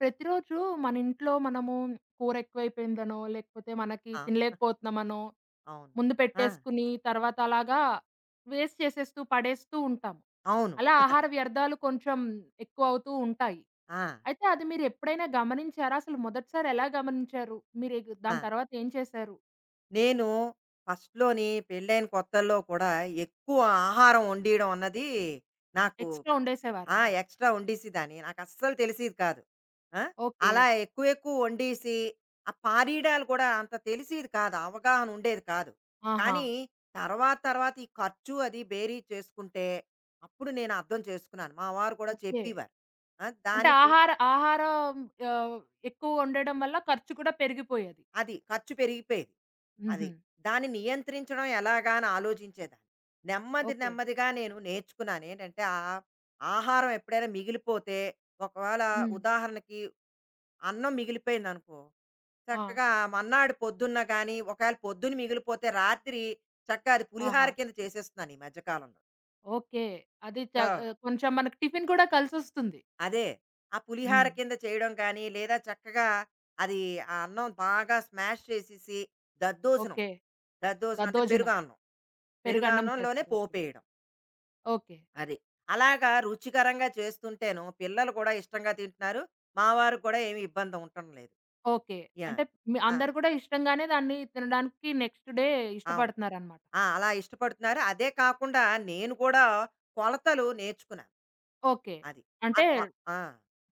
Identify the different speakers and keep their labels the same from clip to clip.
Speaker 1: ప్రతిరోజు మన ఇంట్లో మనము కూర ఎక్కువైపోయిందనో, లేకపోతే మనకి
Speaker 2: ఆ!
Speaker 1: తినలేకపోతున్నామనో,
Speaker 2: అవును.
Speaker 1: ముందు
Speaker 2: ఆ!
Speaker 1: పెట్టేసుకుని తర్వాత అలాగా వేస్ట్ చేసేస్తూ, పడేస్తూ ఉంటాము.
Speaker 2: అవును.
Speaker 1: అలా ఆహార వ్యర్థాలు కొంచెం ఎక్కువవుతూ ఉంటాయి.
Speaker 2: ఆ!
Speaker 1: అయితే అది మీరెప్పుడైనా గమనించారా? అసలు మొదటిసారి ఎలా గమనించారు? మీరు ఎగ్
Speaker 2: ఆ!
Speaker 1: దాని తర్వాత ఏం చేశారు?
Speaker 2: నేను ఫస్ట్‌లోని పెళ్ళైన కొత్తల్లో కూడా ఎక్కువ ఆహారం వండియడం అన్నది నాకు
Speaker 1: ఎక్స్‌ట్రా వండేసేవారా?
Speaker 2: ఎక్స్‌ట్రా వండేసేదాన్ని. నాకస్సలు తెలిసేది కాదు. ఆ!
Speaker 1: ఓకే.
Speaker 2: అలా ఎక్కువ ఎక్కువ వండేసి, ఆ పారీడాలు కూడా అంత తెలిసేది కాదు. అవగాహన ఉండేది కాదు.
Speaker 1: ఆహా!
Speaker 2: కానీ తర్వాత తర్వాత ఈ ఖర్చు అది బేరీ చేసుకుంటే, అప్పుడు నేను అర్థం చేసుకున్నాను. మా వారు కూడా
Speaker 1: ఓకే.
Speaker 2: చెప్పేవారు.
Speaker 1: అంటే
Speaker 2: దానికి
Speaker 1: ఆహారం ఆహ్, ఎక్కువ వండడం వల్ల ఖర్చు కూడా పెరిగిపోయేది.
Speaker 2: అది ఖర్చు పెరిగిపోయేది.
Speaker 1: హుహు.
Speaker 2: అది. దాన్ని నియంత్రించడం ఎలాగా అని ఆలోచించేదాన్ని. నెమ్మది
Speaker 1: ఓకే.
Speaker 2: నెమ్మదిగా నేను నేర్చుకున్నాను. ఏంటంటే ఆహారం ఎప్పుడైనా మిగిలిపోతే ఒకవేళ
Speaker 1: హ్మ్.
Speaker 2: ఉదాహరణకి అన్నం మిగిలిపోయిందనుకో,
Speaker 1: ఆ!
Speaker 2: చక్కగా మర్నాడు పొద్దున్న గానీ, ఒకవేళ పొద్దున మిగిలిపోతే రాత్రి చక్కగా అది పులిహార
Speaker 1: ఆహా!
Speaker 2: కింద చేసేస్తున్నాను ఈ మధ్య కాలంలో.
Speaker 1: ఓకే.
Speaker 2: ఆ!
Speaker 1: కొంచెం మనకి టిఫిన్ కూడా కలిసొస్తుంది.
Speaker 2: అదే. ఆ పులిహార
Speaker 1: హ్మ్.
Speaker 2: కింద చేయడం కానీ, లేదా చక్కగా అది ఆ అన్నం బాగా స్మాష్ చేసేసి దద్దోజనం.
Speaker 1: ఓకే.
Speaker 2: దద్దోజనం అంటే
Speaker 1: దద్దోజనం.
Speaker 2: పెరుగన్నం.
Speaker 1: పెరుగన్నం
Speaker 2: పెరుగన్నంలోనే
Speaker 1: చేస్తారు. ఓకే.
Speaker 2: పోపేయడం.
Speaker 1: ఓకే.
Speaker 2: అది. అలాగా రుచికరంగా చేస్తుంటేను పిల్లలు కూడా ఇష్టంగా తింటున్నారు. మా వారికి కూడా ఏమి ఇబ్బంది ఉండటం లేదు.
Speaker 1: ఓకే.
Speaker 2: యాహ్!
Speaker 1: అంటే మీ
Speaker 2: ఆ!
Speaker 1: అందరూ కూడా ఇష్టంగానే దాన్ని తినడానికి నెక్స్ట్ డే
Speaker 2: అవును.
Speaker 1: ఇష్టపడుతున్నారనమాట.
Speaker 2: ఆ! అలా ఇష్టపడుతున్నారు. అదే కాకుండా నేను కూడా కొలతలు నేర్చుకున్నాను.
Speaker 1: ఓకే.
Speaker 2: అది. ఆ
Speaker 1: అంటే
Speaker 2: కొ ఆ!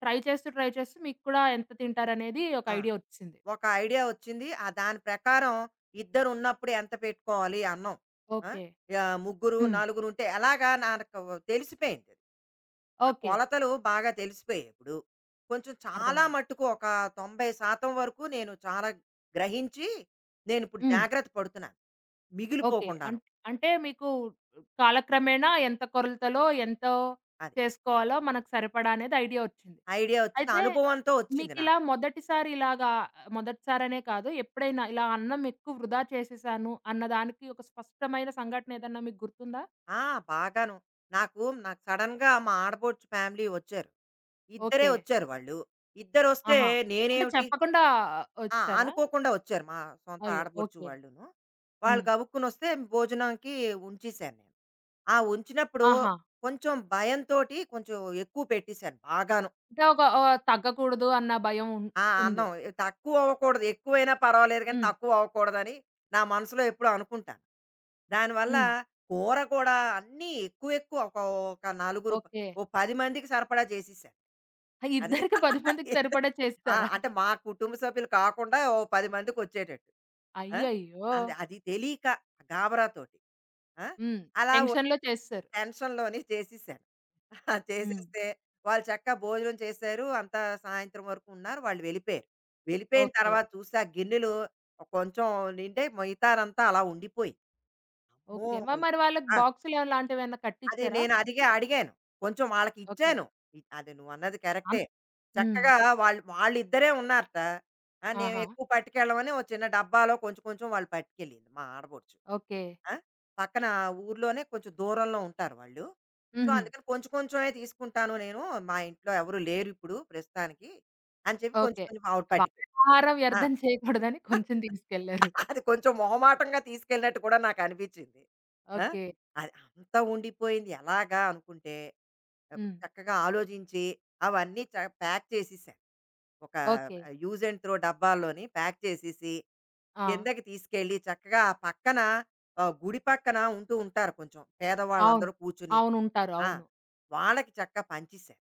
Speaker 1: ట్రై చేస్తూ, ట్రై చేస్తూ మీకు కూడా ఎంత తింటారనేది ఒక
Speaker 2: ఆ!
Speaker 1: ఐడియా ఒచ్చేసింది.
Speaker 2: ఒక ఐడియా వచ్చింది. ఆ దాని ప్రకారం ఇద్దరు ఉన్నప్పుడు ఎంత పెట్టుకోవాలి అన్నం. ఆ!
Speaker 1: ఓకే.
Speaker 2: యాహ్, ముగ్గురు,
Speaker 1: హ్మ్.
Speaker 2: నలుగురు ఉంటే ఎలాగా నాకు తెలిసిపోయింది. అది ఆ
Speaker 1: ఓకే.
Speaker 2: కొలతలు బాగా తెలిసిపోయాయి ఇప్పుడు. కొంచెం చాలా
Speaker 1: అర్థమైంది.
Speaker 2: మట్టుకు ఒక 90% వరకు నేను చాలా గ్రహించి, నేనిప్పుడు
Speaker 1: హ్మ్.
Speaker 2: జాగ్రత్త పడుతున్నాను.
Speaker 1: ఓకే.
Speaker 2: మిగిలిపోకుండాను.
Speaker 1: అంటే మీకు కాలక్రమేణా ఎంత కొలతలో, ఎంతో
Speaker 2: అది.
Speaker 1: చేసుకోవాలో మనకు సరిపడా అనేది ఐడియా ఒచ్చింది.
Speaker 2: ఐడియా వచ్చింది.
Speaker 1: అయితే
Speaker 2: అనుభవంతో వచ్చింది
Speaker 1: మీకిలా
Speaker 2: నాకది.
Speaker 1: మొదటిసారి ఇలాగా మొదటిసారనే కాదు, ఎప్పుడైనా ఇలా అన్నం ఎక్కువ వృధా చేసేసాను అన్న దానికి ఒక స్పష్టమైన సంఘటన ఏదన్నా మీకు గుర్తుందా?
Speaker 2: ఆ! బాగాను. నాకు నాకు సడెన్‌గా మా ఆడపడుచు ఫ్యామిలీ వచ్చారు. ఇద్దరే
Speaker 1: ఓకే.
Speaker 2: వచ్చారు వాళ్ళు. ఇద్దరొస్తే
Speaker 1: ఆహా! అంటే
Speaker 2: నేనేమిటి.
Speaker 1: చెప్పకుండా
Speaker 2: ఆ!
Speaker 1: వచ్చారా?
Speaker 2: అనుకోకుండా వచ్చారు మా సొంత
Speaker 1: అయ్యో!
Speaker 2: ఆడపడుచు
Speaker 1: ఓకే.
Speaker 2: వాళ్ళును. వాళ్ళు
Speaker 1: హ్మ్.
Speaker 2: గబుక్కున వస్తే భోజనానికి ఉంచేశాను నేను. ఆ ఉంచినప్పుడు
Speaker 1: ఆహా!
Speaker 2: కొంచెం భయంతోటి కొంచెం ఎక్కువ పెట్టేశాను బాగాను.
Speaker 1: అంటే ఒక తగ్గకూడదు అన్న భయం ఉన్
Speaker 2: ఆ!
Speaker 1: ఉంది.
Speaker 2: అన్నం ఏ తక్కువ అవ్వకూడదు. ఎక్కువైనా పర్వాలేదు కానీ
Speaker 1: హ్మ్.
Speaker 2: తక్కువ అవ్వకూడదని నా మనసులో ఎప్పుడూ అనుకుంటాను. దానివల్ల
Speaker 1: హ్మ్.
Speaker 2: కూర కూడా అన్నీ ఎక్కువ ఎక్కువ ఒక ఒక నలుగురు ప-
Speaker 1: ఓకే.
Speaker 2: ఓ 10 మందికి సరిపడా చేసేసాను. అది.
Speaker 1: ఇద్దరికి 10 మందికి సరిపడా
Speaker 2: ఆ!
Speaker 1: చేసేసారా?
Speaker 2: అంటే మా కుటుంబ సభ్యులు కాకుండా ఓ 10 మందికొచ్చేటట్టు. ఆ!
Speaker 1: అయ్యయ్యో!
Speaker 2: అది తెలియక గాబరాతోటి. ఆ!
Speaker 1: హ్మ్.
Speaker 2: అలా
Speaker 1: టెన్షన్‌లో చేసేసారు.
Speaker 2: టెన్షన్‌లోని చేసేసాను. ఆ,
Speaker 1: హ్మ్.
Speaker 2: చేసేస్తే వాళ్ళు చక్కగా భోజనం చేశారు. అంతా సాయంత్రం వరకు ఉన్నారు. వాళ్ళు వెళ్ళిపోయారు. వెళ్ళిపోయిన
Speaker 1: ఓకే.
Speaker 2: తర్వాత చూస్తే ఆ గిన్నెలు కొంచెం నిండాయి. మిగతాదంతా అలా ఉండిపోయింది. అమ్మో!
Speaker 1: ఓకే. మరి వాళ్ళకి
Speaker 2: ఆ!
Speaker 1: బాక్సులు అలాంటివేమన్నా
Speaker 2: అది
Speaker 1: కట్టిచ్చారా
Speaker 2: నేను
Speaker 1: ఫుడ్డు?
Speaker 2: అడిగాను. కొంచెం
Speaker 1: ఓకే.
Speaker 2: వాళ్ళకిచ్చాను. అది నువ్వన్నది
Speaker 1: అన్
Speaker 2: కరెక్టే.
Speaker 1: హ్మ్.
Speaker 2: చక్కగా వాళ్ళు వాళ్ళిద్దరే ఉన్నారట. ఆ!
Speaker 1: ఆహా!
Speaker 2: మేమెక్కువ పట్టుకెళ్ళమని ఓ చిన్న డబ్బాలో కొంచెం కొంచెం వాళ్ళు పట్టుకెళ్ళింది మా ఆడపడుచు.
Speaker 1: ఓకే.
Speaker 2: ఆ! పక్కన ఊర్లోనే కొంచెం దూరంలో ఉంటారు వాళ్ళు. సో,
Speaker 1: హుహు.
Speaker 2: అందుకని కొంచెం కొంచెమే తీసుకుంటాను నేను. మా ఇంట్లో ఎవరు లేరిప్పుడు ప్రస్తుతానికి అని చెప్పి కొంచెం
Speaker 1: ఓకే.
Speaker 2: కొంచెం ఆవిడ
Speaker 1: వాళ్ళ
Speaker 2: పట్టుకెళ్ళింది.
Speaker 1: ఆహారం
Speaker 2: ఆ!
Speaker 1: వ్యర్థం చేయకూడదని కొంచెం తీసుకెళ్లారు.
Speaker 2: అది కొంచెం మొహమాటంగా తీసుకెళ్ళినట్టు కూడా నాకనిపిచ్చింది. ఆ!
Speaker 1: ఓకే.
Speaker 2: అది అంతా ఉండిపోయింది ఎలాగా అనుకుంటే, అప్పుడు
Speaker 1: హ్మ్.
Speaker 2: చక్కగా ఆలోచించి అవన్నీ ప్యాక్ చేసేసాను. ఒక
Speaker 1: ఓకే.
Speaker 2: యూజ్ అండ్ త్రో డబ్బాల్లోని ప్యాక్ చేసేసి,
Speaker 1: ఆ!
Speaker 2: కిందకి తీసుకెళ్ళి చక్కగా ఆ పక్కన గుడి పక్కన ఉంటూ ఉంటారు కొంచెం
Speaker 1: అవును.
Speaker 2: పేదవాళ్ళందరూ కూర్చుని.
Speaker 1: అవును. ఉంటారు.
Speaker 2: ఆ!
Speaker 1: అవును.
Speaker 2: వాళ్ళకి చక్కగా పంచేసాను.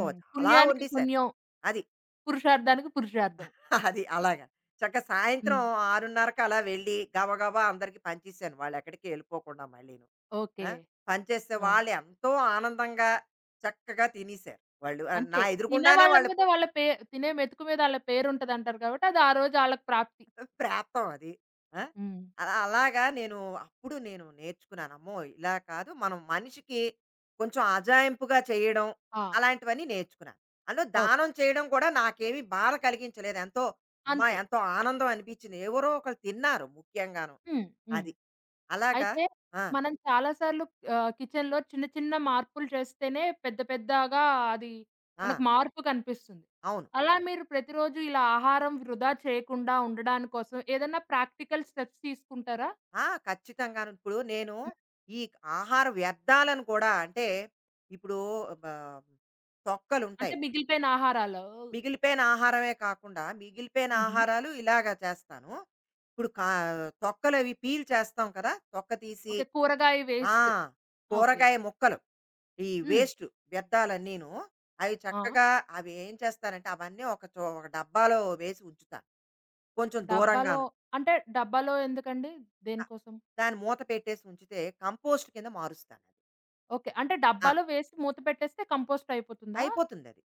Speaker 2: ఓహ్! చాలా
Speaker 1: పుణ్యానికి
Speaker 2: వండేశాను.
Speaker 1: పుణ్యం,
Speaker 2: అది.
Speaker 1: పురుషార్థానికి పురుషార్థం.
Speaker 2: అది అలాగా. చక్కగా సాయంత్రం
Speaker 1: హ్మ్.
Speaker 2: 6:30కి అలా వెళ్ళి గబగబా అందరికి పంచేశాను. వాళ్ళెక్కడికి ఎళ్ళిపోకుండా మళ్ళీను. ఆ!
Speaker 1: ఓకే.
Speaker 2: పంచేస్తే
Speaker 1: ఆ!
Speaker 2: వాళ్ళెంతో ఆనందంగా చక్కగా తినేశారు వాళ్ళు. నా
Speaker 1: అంతే. తినే
Speaker 2: ఎదురుగుండానే
Speaker 1: వాళ్ళ
Speaker 2: వాళ్ళు
Speaker 1: మీద వాళ్ళ పే తినే మెతుకు మీద ఆళ్ళ పేరుంటదంటారు కాబట్టి అది ఆ రోజు ఆళ్ళకి ప్రాప్తి.
Speaker 2: ప్రాప్తం అది. ఆ!
Speaker 1: హ్మ్.
Speaker 2: అలా అలాగా నేను అప్పుడు నేను నేర్చుకున్నాను. అమ్మో! ఇలా కాదు మనం మనిషికి కొంచెం అజాయింపుగా చేయడం
Speaker 1: ఆ!
Speaker 2: అలాంటివన్నీ నేర్చుకున్నాను. అందులో
Speaker 1: ఓకే.
Speaker 2: దానం చేయడం కూడా నాకేమీ బాధ కలిగించలేదు. ఎంతో అమ్మా!
Speaker 1: అంతే.
Speaker 2: ఎంతో ఆనందం అనిపించింది. ఎవరో ఒకళ్ళు తిన్నారు ముఖ్యంగాను.
Speaker 1: హ్మ్. హ్మ్.
Speaker 2: అది. అలాగా
Speaker 1: అయితే
Speaker 2: ఆ!
Speaker 1: మనం చాలా సార్లు కిచెన్‌లో చిన్న చిన్న మార్పులు చేస్తేనే పెద్ద పెద్దగా అది
Speaker 2: ఆ!
Speaker 1: మనకు మార్పు కనిపిస్తుంది.
Speaker 2: అవును.
Speaker 1: అలా మీరు ప్రతిరోజు ఇలా ఆహారం వృధా చేయకుండా ఉండడాని కోసం ఏదన్నా ప్రాక్టికల్ స్టెప్స్ తీసుకుంటారా?
Speaker 2: ఆ! ఖచ్చితంగాను. ఇప్పుడు నేను
Speaker 1: హ్మ్.
Speaker 2: ఈ ఆహార వ్యర్థాలను కూడా అంటే ఇప్పుడు బ
Speaker 1: అంటే
Speaker 2: తొక్కలుంటాయి.
Speaker 1: మిగిలిపోయిన ఆహారాలు
Speaker 2: మిగిలిపోయిన ఆహారమే కాకుండా మిగిలిపోయిన
Speaker 1: హుహు.
Speaker 2: ఆహారాలు ఇలాగ చేస్తాను. ఇప్పుడు తొక్కలవి పీల్ చేస్తాం కదా! తొక్క తీసి
Speaker 1: ఓకే. కూరగాయ
Speaker 2: ఆ!
Speaker 1: వేస్ట్. ఓకే.
Speaker 2: కూరగాయ ముక్కలు ఈ
Speaker 1: హ్మ్.
Speaker 2: వేస్ట్ వ్యర్థాలన్నీను అవి
Speaker 1: ఆ!
Speaker 2: చక్కగా అవి ఏం చేస్తానంటే అవన్నీ ఒక డబ్బాలో వేసి ఉంచుతాను. కొంచెం
Speaker 1: డబ్బాలో
Speaker 2: దూరంగాను.
Speaker 1: అంటే డబ్బాలో ఎందుకండి?
Speaker 2: దా
Speaker 1: దేనికోసం?
Speaker 2: దాన్ని మూత పెట్టేసి ఉంచితే కంపోస్ట్ కింద మారుస్తాను అది.
Speaker 1: ఓకే. అంటే
Speaker 2: ఆ!
Speaker 1: డబ్బాలో వేస్ట్ మూత పెట్టేస్తే కంపోస్ట్ అయిపోతుందా?
Speaker 2: అయిపోతుంది అది.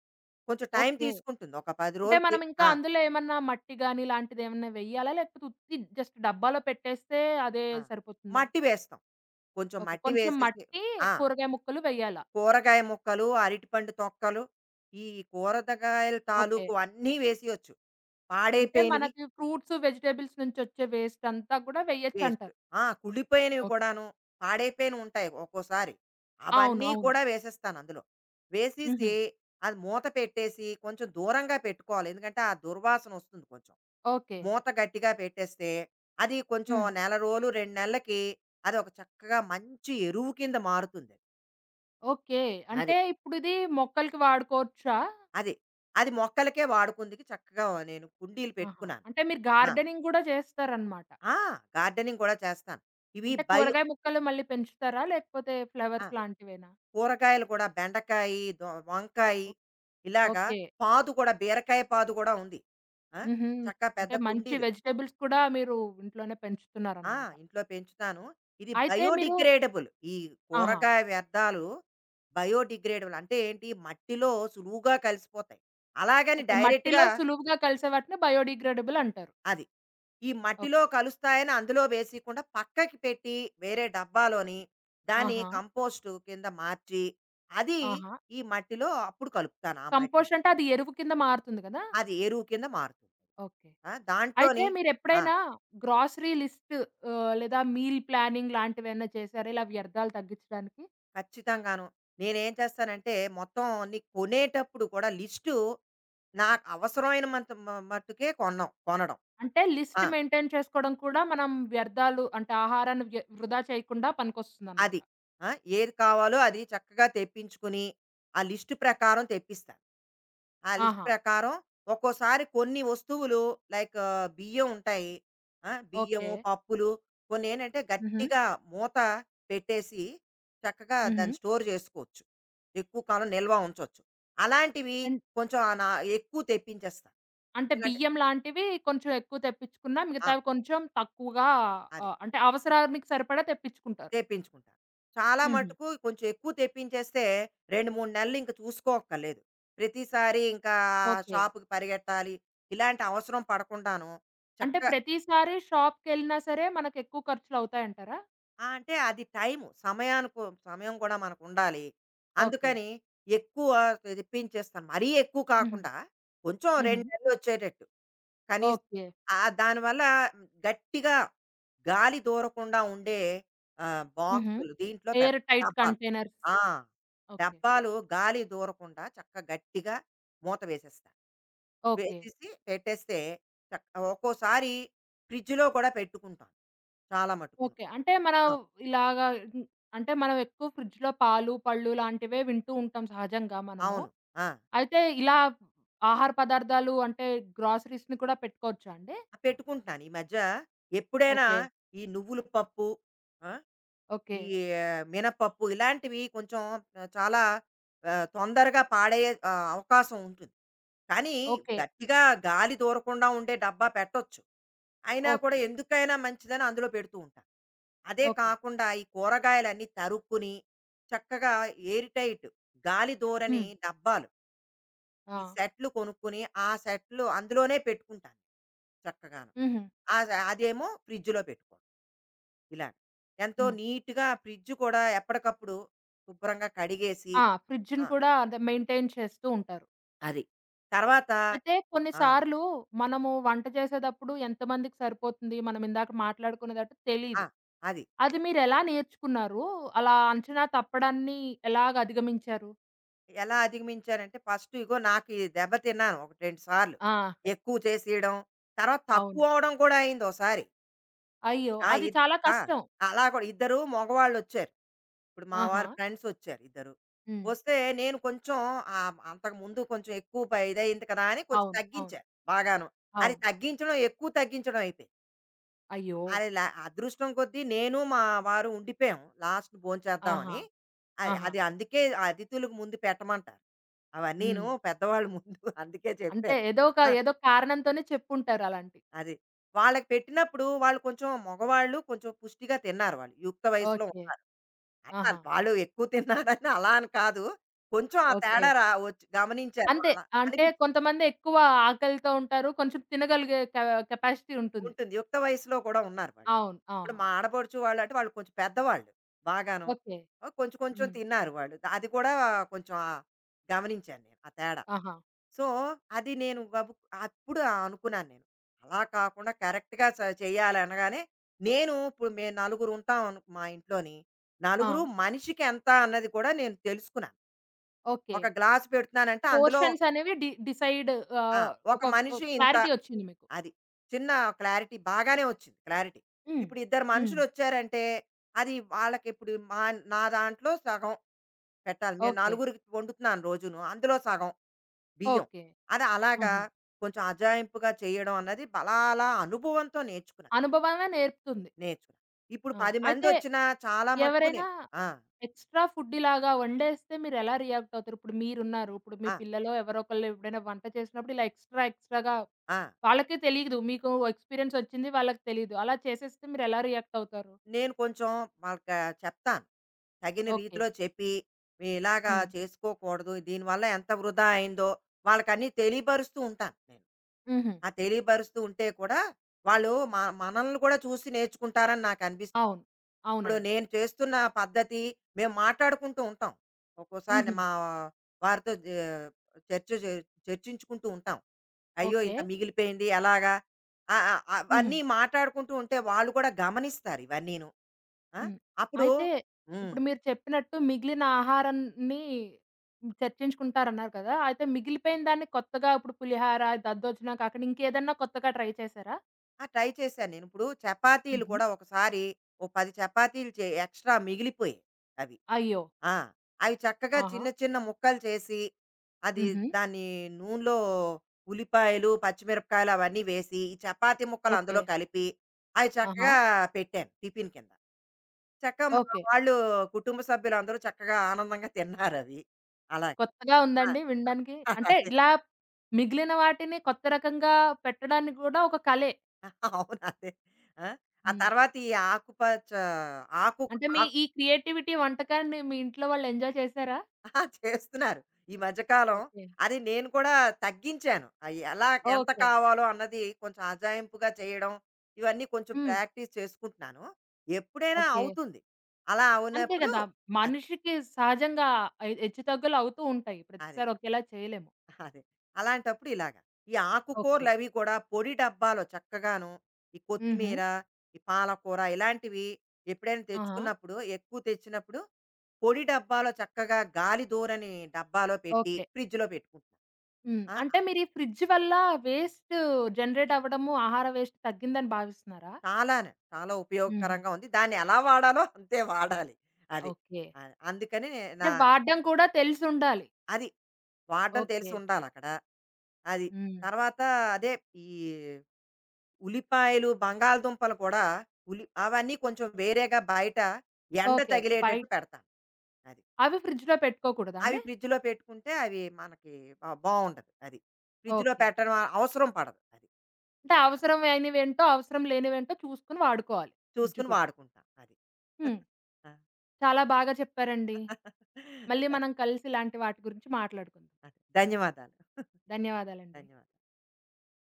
Speaker 2: కొంచెం టైం
Speaker 1: ఓకే.
Speaker 2: తీసుకుంటుంది. ఒక 10
Speaker 1: అంటే
Speaker 2: రోజులు తీ
Speaker 1: మనం ఇంకా
Speaker 2: ఆ!
Speaker 1: అందులో ఏమన్నా మట్టి గాని ఇలాంటిదేమన్నా వెయ్యాలా? లేకపోతే ఉత్తి జస్ట్ డబ్బాలో పెట్టేస్తే అదే
Speaker 2: ఆ!
Speaker 1: సరిపోతుందా?
Speaker 2: మట్టి వేస్తాం. కొంచెం
Speaker 1: ఓకే.
Speaker 2: మట్టి
Speaker 1: కొంచెం
Speaker 2: వేసేసి
Speaker 1: మట్టి,
Speaker 2: ఆ!
Speaker 1: కూరగాయ ముక్కలు వెయ్యాలా?
Speaker 2: కూరగాయ ముక్కలు, అరటిపండు తొక్కలు, ఈ కూరగాయల
Speaker 1: ఓకే.
Speaker 2: తాలూకు అన్నీ వేసేయొచ్చు.
Speaker 1: అంటే
Speaker 2: పాడైపోయినవి
Speaker 1: మనకి ఫ్రూట్స్, వెజిటబుల్స్ నుంచొచ్చే వేస్టంతా కూడా
Speaker 2: వేస్ట్.
Speaker 1: వెయ్యొచ్చంటారు.
Speaker 2: ఆ! కుళ్ళిపోయినవి
Speaker 1: ఓకే.
Speaker 2: కూడాను. పాడైపోయినవి ఉంటాయి ఒక్కోసారి.
Speaker 1: అవును.
Speaker 2: అవన్నీ
Speaker 1: అవును.
Speaker 2: కూడా వేసేస్తాను అందులో.
Speaker 1: హుహు.
Speaker 2: వేసేసి అది మూత పెట్టేసి కొంచెం దూరంగా పెట్టుకోవాలి. ఎందుకంటే ఆ దుర్వాసన వస్తుంది కొంచెం.
Speaker 1: ఓకే.
Speaker 2: మూత గట్టిగా పెట్టేస్తే అది కొంచెం
Speaker 1: హ్మ్.
Speaker 2: నెల రోజులు 2 నెలలకి అది ఒక చక్కగా మంచి ఎరువు కింద మారుతుంది.
Speaker 1: ఓకే.
Speaker 2: అది. అది.
Speaker 1: అంటే ఇప్పుడిది మొక్కలకి వాడుకోవచ్చా?
Speaker 2: అది అది మొక్కలకే వాడుకుందుకు చక్కగా నేను కుండీలు
Speaker 1: ఆహా!
Speaker 2: పెట్టుకున్నాను.
Speaker 1: అంటే మీరు
Speaker 2: ఆ!
Speaker 1: గార్డెనింగ్ గూడా చేస్తారనమాట.
Speaker 2: ఆ! గార్డెనింగ్ కూడా చేస్తాను. ఇవి
Speaker 1: అంటే
Speaker 2: బయో
Speaker 1: కూరగాయ ముక్కలు మళ్ళీ పెంచుతారా? లేకపోతే
Speaker 2: ఆ!
Speaker 1: ఫ్లవర్స్ లాంటివేనా?
Speaker 2: కూరగాయలు కూడా బెండకాయి, వంకాయి
Speaker 1: ఓక్
Speaker 2: ఇలాగా
Speaker 1: ఓకే.
Speaker 2: పాదు కూడా బీరకాయ పాదు కూడా ఉంది. ఆ!
Speaker 1: హుహు.
Speaker 2: చక్కగా పెద్ద
Speaker 1: అంటే మంచి
Speaker 2: కుండీలు.
Speaker 1: వెజిటబుల్స్ కూడా మీరు ఇంట్లోనే
Speaker 2: ఆ!
Speaker 1: పెంచుతున్నారనమాట.
Speaker 2: ఇంట్లో పెంచుతాను. ఇది
Speaker 1: అయితే మీరు
Speaker 2: బయోడిగ్రేడబుల్. ఈ
Speaker 1: ఆహా!
Speaker 2: కూరగాయ వ్యర్థాలు బయోడిగ్రేడబుల్ అంటే ఏంటి? మట్టిలో సులువుగా కలిసిపోతాయి. అలాగని
Speaker 1: ఓకే.
Speaker 2: డైరెక్ట్‌గా
Speaker 1: మట్టిలో సులువుగా కలిసే వాటిని బయోడిగ్రేడబుల్ అంటారు.
Speaker 2: అది. ఈ మట్టిలో
Speaker 1: ఓకే.
Speaker 2: కలుస్తాయని అందులో వేసేయకుండా పక్కకి పెట్టి వేరే డబ్బాలోని దాన్ని
Speaker 1: ఆహా!
Speaker 2: కంపోస్టు కింద మార్చి, అది
Speaker 1: ఆహా!
Speaker 2: ఈ మట్టిలో అప్పుడు కలుపుతాను ఆ మట్టిని.
Speaker 1: కంపోస్ట్ అంటే అది ఎరువు కింద మారుతుంది కదా!
Speaker 2: అది ఎరువు కింద మారుతుంది.
Speaker 1: ఓకే.
Speaker 2: ఆ!
Speaker 1: అయితే
Speaker 2: దాంట్లోని ఆ!
Speaker 1: మీరెప్పుడైనా గ్రోసరీ లిస్ట్ లేదా మీల్ ప్లానింగ్ లాంటివేమన్నా చేసారా? ఇలా వ్యర్థాలు తగ్గించడానికి?
Speaker 2: ఖచ్చితంగాను. నేనేం చేస్తానంటే, మొత్తం అన్నీ కొనేటప్పుడు కూడా లిస్టు నాకు అవసరమైన మంత మ మట్టుకే కొనడం కొనడం.
Speaker 1: అంటే
Speaker 2: ఆ!
Speaker 1: లిస్ట్ మెయింటైన్ చేసుకోవడం కూడా మనం వ్యర్థాలు అంటే ఆహారాన్ని వృధా చేయకుండా
Speaker 2: అది.
Speaker 1: పనికొస్తుందనమాట.
Speaker 2: ఆ! ఏది కావాలో అది చక్కగా తెప్పించుకుని, ఆ లిస్ట్ ప్రకారం తెప్పిస్తాను. ఆ లిస్ట్
Speaker 1: ఆహా!
Speaker 2: ప్రకారం ఒక్కోసారి కొన్ని వస్తువులు లైక్ బియ్యం ఉంటాయి. ఆ!
Speaker 1: ఓకే.
Speaker 2: బియ్యము, పప్పులు కొన్నేంటంటే
Speaker 1: హుహు.
Speaker 2: గట్టిగా మూత పెట్టేసి చక్కగా
Speaker 1: హుహు.
Speaker 2: దాన్ని స్టోర్ చేసుకోవచ్చు. ఎక్కువ కాలం నిల్వ ఉంచొచ్చు. అలాంటివి కొంచెం ఆహ్, నా ఎక్కువ తెప్పించేస్తాను.
Speaker 1: అంటే
Speaker 2: ఎందుకంటే
Speaker 1: బియ్యం లాంటివి కొంచెం ఎక్కువ తెప్పించుకున్నా,
Speaker 2: ఆ!
Speaker 1: మిగతావి కొంచెం తక్కువగా
Speaker 2: అది.
Speaker 1: అంటే అవసరానికి సరిపడా తెప్పించుకుంటారు.
Speaker 2: తెప్పించుకుంటాను. చాలా
Speaker 1: హుహు.
Speaker 2: మటుకు కొంచెం ఎక్కువ తెప్పించేస్తే 2, 3 నెలలు ఇంక చూసుకోక్కర్లేదు. ప్రతిసారి ఇంకా
Speaker 1: ఓకే.
Speaker 2: షాపుకి పరిగెట్టాలి, ఇలాంటి అవసరం పడకుండాను
Speaker 1: అంటే
Speaker 2: చక్క
Speaker 1: ప్రతిసారి షాప్‌కెళ్ళినా సరే మనకెక్కువ ఖర్చులవుతాయంటారా?
Speaker 2: ఆ! అంటే అది టైము. సమయం కూడా మనకుండాలి.
Speaker 1: ఓకే.
Speaker 2: అందుకని ఎక్కువ తెప్పించేస్తాను. మరీ ఎక్కువ
Speaker 1: హుహు.
Speaker 2: కాకుండా కొంచెం
Speaker 1: హుహు.
Speaker 2: 2 నెలలు వచ్చేటట్టు. కనీసం
Speaker 1: ఓకే.
Speaker 2: దానివల్ల గట్టిగా గాలి దూరకుండా ఉండే
Speaker 1: హుహు.
Speaker 2: బాక్సులు దీంట్లో పెడతాం.
Speaker 1: ఎయిర్ టైట్
Speaker 2: డబ్బాలు.
Speaker 1: కంటైనర్స్.
Speaker 2: ఆ!
Speaker 1: ఓకే.
Speaker 2: డబ్బాలు గాలి దూరకుండా చక్కగా గట్టిగా మూత వేసేస్తా.
Speaker 1: ఓకే.
Speaker 2: వేసేసి పెట్టేస్తే చక్ ఒక్కోసారి ఫ్రిడ్జ్‌లో కూడా పెట్టుకుంటాను. చాలా మటుకును.
Speaker 1: ఓకే. అంటే మనం
Speaker 2: ఆ!
Speaker 1: ఇలాగా హ్మ్, అంటే మనం ఎక్కువ ఫ్రిడ్జ్‌లో పాలు, పళ్ళు లాంటివే వింటూ ఉంటాం సహజంగా మనము.
Speaker 2: అవును. ఆ!
Speaker 1: అయితే ఇలా ఆహార పదార్థాలు అంటే గ్రోసరీస్‌ని కూడా పెట్టుకోవచ్చా అండి?
Speaker 2: ఆ, పెట్టుకుంటున్నాను. ఈ మధ్య ఎప్పుడైనా
Speaker 1: ఓకే.
Speaker 2: ఈ నువ్వుల పప్పు ఆ!
Speaker 1: ఓకే.
Speaker 2: ఈ మినపప్పు ఇలాంటివి కొంచెం ఆ, చాలా తొందరగా పాడయ్యే అవకాశం ఉంటుంది. కానీ
Speaker 1: ఓకే.
Speaker 2: గట్టిగా గాలి దూరకుండా ఉండే డబ్బా పెట్టొచ్చు. అయినా కూడా
Speaker 1: ఓకే.
Speaker 2: ఎందుకైనా మంచిదని అందులో పెడుతూ ఉంటాను. అదే
Speaker 1: ఓకే.
Speaker 2: కాకుండా ఈ కూరగాయలన్నీ తరుక్కుని చక్కగా ఎయిర్ టైట్ గాలి దూరని
Speaker 1: హ్మ్.
Speaker 2: డబ్బాలు ఈ
Speaker 1: ఆ!
Speaker 2: సెట్‌లు కొనుక్కొని ఆ సెట్‌లు అందులోనే పెట్టుకుంటాను చక్కగాను.
Speaker 1: హుహు.
Speaker 2: అదేమో ఫ్రిడ్జ్‌లో పెట్టుకోవడం. ఇలా. ఎంతో
Speaker 1: హ్మ్.
Speaker 2: నీట్‌గా ఫ్రిడ్జ్ కూడా ఎప్పటికప్పుడు శుభ్రంగా కడిగేసి
Speaker 1: ఆ!
Speaker 2: ఆ!
Speaker 1: ఫ్రిడ్జ్‌ని కూడా అదే మెయింటైన్ చేస్తూ ఉంటారు.
Speaker 2: అది. తర్వాత
Speaker 1: అయితే
Speaker 2: ఆ!
Speaker 1: కొన్నిసార్లు మనము వంట చేసేటప్పుడు ఎంతమందికి సరిపోతుంది, మనం ఇందాక మాట్లాడుకునేటట్టు
Speaker 2: ఆ!
Speaker 1: తెలీదు.
Speaker 2: అది.
Speaker 1: అది మీరెలా నేర్చుకున్నారు? అలా అంచనా తప్పడాన్ని ఎలాగ అధిగమించారు?
Speaker 2: ఎలా అధిగమించానంటే ఫస్ట్ ఇగో నాకు ఈ దెబ్బ తిన్నాను ఒకటి, 2 సార్లు.
Speaker 1: ఆ!
Speaker 2: ఎక్కువ చేసేయడం, తర్వాత
Speaker 1: అవును.
Speaker 2: తక్కువ అవ్వడం కూడా అయింది ఓసారి.
Speaker 1: అయ్యో!
Speaker 2: ఆ!
Speaker 1: అది
Speaker 2: ఇద్
Speaker 1: చాలా
Speaker 2: ఆ!
Speaker 1: కష్టం.
Speaker 2: అలా కూడా ఇద్దరు మగవాళ్ళొచ్చారు. ఇప్పుడు మా
Speaker 1: ఆహా!
Speaker 2: వారి ఫ్రెండ్సొచ్చారు ఇద్దరు.
Speaker 1: హ్మ్.
Speaker 2: వస్తే నేను కొంచెం అంతకుముందు కొంచెం ఎక్కువ ఇదయింది కదా! అని కొంచెం
Speaker 1: అవును. అవును.
Speaker 2: తగ్గించా బాగాను. అది
Speaker 1: అవును.
Speaker 2: తగ్గించడం ఎక్కువ తగ్గించడం అయిపోయింది.
Speaker 1: అయ్యో!
Speaker 2: అది లా అదృష్టం కొద్దీ నేను, మా వారు ఉండిపోయాం. లాస్ట్
Speaker 1: ఆహా!
Speaker 2: భోంచేద్దామని. అది
Speaker 1: ఆహా!
Speaker 2: అది అందుకే అతిథులకు ముందు పెట్టమంటారు. అవన్నీను
Speaker 1: హ్మ్.
Speaker 2: పెద్దవాళ్ళు ముందు అందుకే
Speaker 1: అంతే.
Speaker 2: చెప్పారు.
Speaker 1: ఏదో ఒక
Speaker 2: ఆ!
Speaker 1: ఏదో కారణంతోనే చెప్పుంటారు అలాంటియి.
Speaker 2: అది. వాళ్ళకి పెట్టినప్పుడు వాళ్ళు కొంచెం మగవాళ్ళు కొంచెం పుష్టిగా తిన్నారు వాళ్ళు. యుక్త వయసులో
Speaker 1: ఓకే.
Speaker 2: ఉన్నారు. అలా
Speaker 1: ఆహా!
Speaker 2: వాళ్ళు ఎక్కువ తిన్నారని అలా అని కాదు. కొంచెం ఆ
Speaker 1: ఓకే.
Speaker 2: తేడా వచ్చి గమనించారు
Speaker 1: అంతే.
Speaker 2: అలా
Speaker 1: అంటే
Speaker 2: అనిపించి
Speaker 1: కొంతమంది ఎక్కువ ఆకలితో ఉంటారు. కొంచెం తినగలిగే కెపాసిటీ ఉంటుంది.
Speaker 2: ఉంటుంది. యుక్త వయసులో కూడా ఉన్నారు వాళ్ళు.
Speaker 1: అవును.
Speaker 2: ఇప్పుడు
Speaker 1: ఆహా!
Speaker 2: మా ఆడపడుచు వాళ్ళంటే వాళ్ళు కొంచెం పెద్దవాళ్ళు బాగాను.
Speaker 1: ఓకే.
Speaker 2: ఆ! కొంచెం కొంచెం
Speaker 1: హ్మ్.
Speaker 2: తిన్నారు వాళ్ళు. అది కూడా కొంచెం గమనించాను నేను ఆ తేడా.
Speaker 1: ఆహా!
Speaker 2: సో, అది నేను గబుక్ అప్పుడు అనుకున్నాను నేను. అలా కాకుండా కరెక్ట్‌గా చేయాలనగానే నేను ఇప్పుడు మేము నలుగురు ఉంటాం అను మా ఇంట్లోని. నలుగురు
Speaker 1: ఆ!
Speaker 2: మనిషికి ఎంత అన్నది కూడా నేను తెలుసుకున్నాను.
Speaker 1: ఓకే.
Speaker 2: ఒక గ్లాస్ పెడుతున్నానంటే అందులో
Speaker 1: పోర్షన్స్ అనేవి డిసైడ్
Speaker 2: ఆ!
Speaker 1: ఆహ్,
Speaker 2: ఒక
Speaker 1: ఒక ఒక
Speaker 2: మనిషి ఇంత
Speaker 1: క్లారిటీ వచ్చింది మీకు.
Speaker 2: అది. చిన్న క్లారిటీ బాగానే వచ్చింది క్లారిటీ.
Speaker 1: హ్మ్.
Speaker 2: ఇప్పుడు ఇద్దరు
Speaker 1: హ్మ్.
Speaker 2: మనుషులొచ్చారంటే, అది వాళ్ళకిప్పుడు నా దాంట్లో సగం పెట్టాలి. నేను
Speaker 1: ఓకే.
Speaker 2: నలుగురికి వండుతున్నాను రోజును. అందులో సగం బియ్యం.
Speaker 1: ఓకే.
Speaker 2: అది అలాగా
Speaker 1: హుహు.
Speaker 2: కొంచెం అజాయింపుగా చేయడం అన్నది అలా అలా అనుభవంతో నేర్చుకున్నాను.
Speaker 1: అనుభవమే నేర్పుతుంది.
Speaker 2: నేర్చుకున్నాను. ఇప్పుడు
Speaker 1: ఆ!
Speaker 2: 10
Speaker 1: అయితే
Speaker 2: మందొచ్చినా చాలా మటుకు
Speaker 1: ఎవరైనా
Speaker 2: నేను ఆ!
Speaker 1: ఎక్స్‌ట్రా ఫుడ్ ఇలాగా వండేస్తే మీరెలా రియాక్ట్ అవుతారు? ఇప్పుడు మీరున్నారు. ఇప్పుడు మీ
Speaker 2: ఆ!
Speaker 1: పిల్లలో ఎవరో ఒకళ్ళు ఎప్పుడైనా వంట చేసినప్పుడు ఇలా ఎక్స్‌ట్రా ఎక్స్‌ట్రాగా
Speaker 2: ఆ!
Speaker 1: వాళ్ళకే తెలీదు. మీకు ఎక్స్‌పీరియన్స్ వచ్చింది. వాళ్ళకి తెలీదు. అలా చేసేస్తే మీరెలా రియాక్ట్ అవుతారు?
Speaker 2: నేను కొంచెం వాళ్ళకి చెప్తాను. తగిన
Speaker 1: ఓకే.
Speaker 2: రీతిలో చెప్పి, "మీ ఇలాగా
Speaker 1: హ్మ్.
Speaker 2: చేసుకోకూడదు. దీనివల్ల ఎంత వృధా అయిందో వాళ్ళకన్నీ తెలియపరుస్తూ ఉంటాను నేను.
Speaker 1: హుహు.
Speaker 2: ఆ తెలియపరుస్తూ ఉంటే కూడా వాళ్ళు మనల్ని కూడా చూసి నేర్చుకుంటారని నాకనిపిస్తుంది.
Speaker 1: అవును.
Speaker 2: ఇప్పుడు
Speaker 1: అవునండి.
Speaker 2: నేను చేస్తున్న పద్ధతి మేము మాట్లాడుకుంటూ ఉంటాం. ఒక్కోసారి
Speaker 1: హుహు.
Speaker 2: మా వారితో జ చర్చ చే చర్చించుకుంటూ ఉంటాం. అయ్యో!
Speaker 1: ఓకే.
Speaker 2: ఇంత మిగిలిపోయింది ఎలాగా? ఆహ్, ఆహ్,
Speaker 1: హుహు.
Speaker 2: అవన్నీ మాట్లాడుకుంటూ ఉంటే వాళ్ళు కూడా గమనిస్తారు ఇవన్నీను. ఆ!
Speaker 1: హ్మ్.
Speaker 2: అప్పుడు
Speaker 1: అయితే
Speaker 2: హ్మ్.
Speaker 1: ఇప్పుడు మీరు చెప్పినట్టు మిగిలిన ఆహారాన్ని చర్చించుకుంటారన్నారు కదా! అయితే మిగిలిపోయిన దాన్ని కొత్తగా ఇప్పుడు పులిహార, దద్దోజనం కాకుండా ఇంకేదన్నా కొత్తగా ట్రై చేశారా?
Speaker 2: ఆ! ట్రై చేశాను నేను. ఇప్పుడు చపాతీలు
Speaker 1: హుహు.
Speaker 2: కూడా ఒకసారి ఓ 10 చపాతీలు చే ఎక్స్‌ట్రా మిగిలిపోయాయి అవి.
Speaker 1: అయ్యో!
Speaker 2: ఆ! అవి చక్కగా
Speaker 1: ఆహా!
Speaker 2: చిన్న చిన్న ముక్కలు చేసి, అది
Speaker 1: హుహు.
Speaker 2: దాన్ని నూనెలో ఉల్లిపాయలు, పచ్చిమిరపకాయలు అవన్నీ వేసి, ఈ చపాతీ ముక్కలు
Speaker 1: ఓకే.
Speaker 2: అందులో కలిపి, అవి
Speaker 1: ఆహా!
Speaker 2: చక్కగా పెట్టాను టిఫిన్ కింద. చక్కగా మా
Speaker 1: ఓకే.
Speaker 2: వాళ్ళు కుటుంబ సభ్యులందరూ చక్కగా ఆనందంగా తిన్నారవి. అలా.
Speaker 1: కొత్తగా ఉందండి వినడానికి.
Speaker 2: ఆ!
Speaker 1: అంటే
Speaker 2: అదే.
Speaker 1: ఇలా మిగిలిన వాటిని కొత్త రకంగా పెట్టడానికి గూడా ఒక కలే.
Speaker 2: అవును. అదే. ఆ! ఆ
Speaker 1: హ్మ్.
Speaker 2: తర్వాత ఈ ఆకుపచ్చ ఆకు
Speaker 1: అంటే మీ
Speaker 2: ఆకు
Speaker 1: ఈ క్రియేటివిటీ వంటకాన్ని మీ ఇంట్లో వాళ్ళు ఎంజాయ్ చేసారా?
Speaker 2: ఆహా! చేస్తున్నారు. ఈ మధ్య కాలం
Speaker 1: ఓకే.
Speaker 2: అది నేను కూడా తగ్గించాను. ఆహ్, ఎలా ఎంత
Speaker 1: ఓకే.
Speaker 2: కావాలో అన్నది కొంచెం అజాయింపుగా చేయడం, ఇవన్నీ కొంచెం
Speaker 1: హ్మ్.
Speaker 2: ప్రాక్టీస్ చేసుకుంటున్నాను. ఎప్పుడైనా
Speaker 1: ఓకే.
Speaker 2: అవుతుంది. అలా
Speaker 1: అంతే
Speaker 2: అవునప్పుడు
Speaker 1: గదా!
Speaker 2: అది.
Speaker 1: మనిషికి సహజంగా హెచ్చుతగ్గులు అవుతూ ఉంటాయి.
Speaker 2: అది.
Speaker 1: ప్రతిసారి ఒకేలా చేయలేము.
Speaker 2: అదే. అలాంటప్పుడు ఇలాగ. ఈ
Speaker 1: ఓకే.
Speaker 2: ఆకుకూరలవి కూడా పొడి డబ్బాలో చక్కగాను ఈ
Speaker 1: హుహు.
Speaker 2: కొత్తిమీర, ఈ పాలకూర ఇలాంటివి ఎప్పుడైనా
Speaker 1: ఆహా!
Speaker 2: తెచ్చుకున్నప్పుడు, ఎక్కువ తెచ్చినప్పుడు పొడి డబ్బాలో చక్కగా గాలి దూరని డబ్బాలో పెట్టి
Speaker 1: ఓకే.
Speaker 2: ఫ్రిడ్జ్‌లో పెట్టుకుంటున్నాను.
Speaker 1: హ్మ్.
Speaker 2: ఆ!
Speaker 1: అంటే మీరు ఈ ఫ్రిడ్జ్ వల్ల వేస్ట్ జనరేట్ అవ్వడము, ఆహార వేస్ట్ తగ్గిందని భావిస్తున్నారా?
Speaker 2: చాలానే. చాలా
Speaker 1: హుహు.
Speaker 2: ఉపయోగకరంగా ఉంది. దాన్ని ఎలా వాడాలో అంతే వాడాలి. అది.
Speaker 1: ఓకే.
Speaker 2: అందుకని నా
Speaker 1: అంటే వాడడం కూడా తెలిసుండాలి.
Speaker 2: అది. వాడడం
Speaker 1: ఓకే.
Speaker 2: తెలిసుండాలక్కడ. అది.
Speaker 1: హ్మ్.
Speaker 2: తర్వాత అదే ఈ ఉల్లిపాయలు, బంగాళదుంపలు కూడా అవన్నీ కొంచెం వేరేగా బయట ఎండ
Speaker 1: ఓకే. బై
Speaker 2: తగిలేటట్టు పెడతాను. అది.
Speaker 1: అవి ఫ్రిడ్జ్‌లో
Speaker 2: అవి
Speaker 1: పెట్టుకోకూడదండి?
Speaker 2: ఫ్రిడ్జ్‌లో పెట్టుకుంటే అవి మనకి బావుండదు. అది. ఫ్రిడ్జ్‌లో
Speaker 1: ఓకే.
Speaker 2: పెట్టడం అవసరం పడదు. అది.
Speaker 1: అంటే అవసరమైనవేంటో, అవసరం లేనివేంటో చూసుకొని వాడుకోవాలి ఫ్రిడ్జ్
Speaker 2: చూసుకొని
Speaker 1: కూడా.
Speaker 2: వాడుకుంటాం. అది.
Speaker 1: హ్మ్.
Speaker 2: ఆ!
Speaker 1: చాలా బాగా చెప్పారండి. మళ్ళీ
Speaker 2: అదే.
Speaker 1: మనం కలిసి ఇలాంటి వాటి గురించి మాట్లాడుకుందాం.
Speaker 2: ధన్యవాదాలు.
Speaker 1: ధన్యవాదాలండి.
Speaker 2: ధన్యవాదాలు.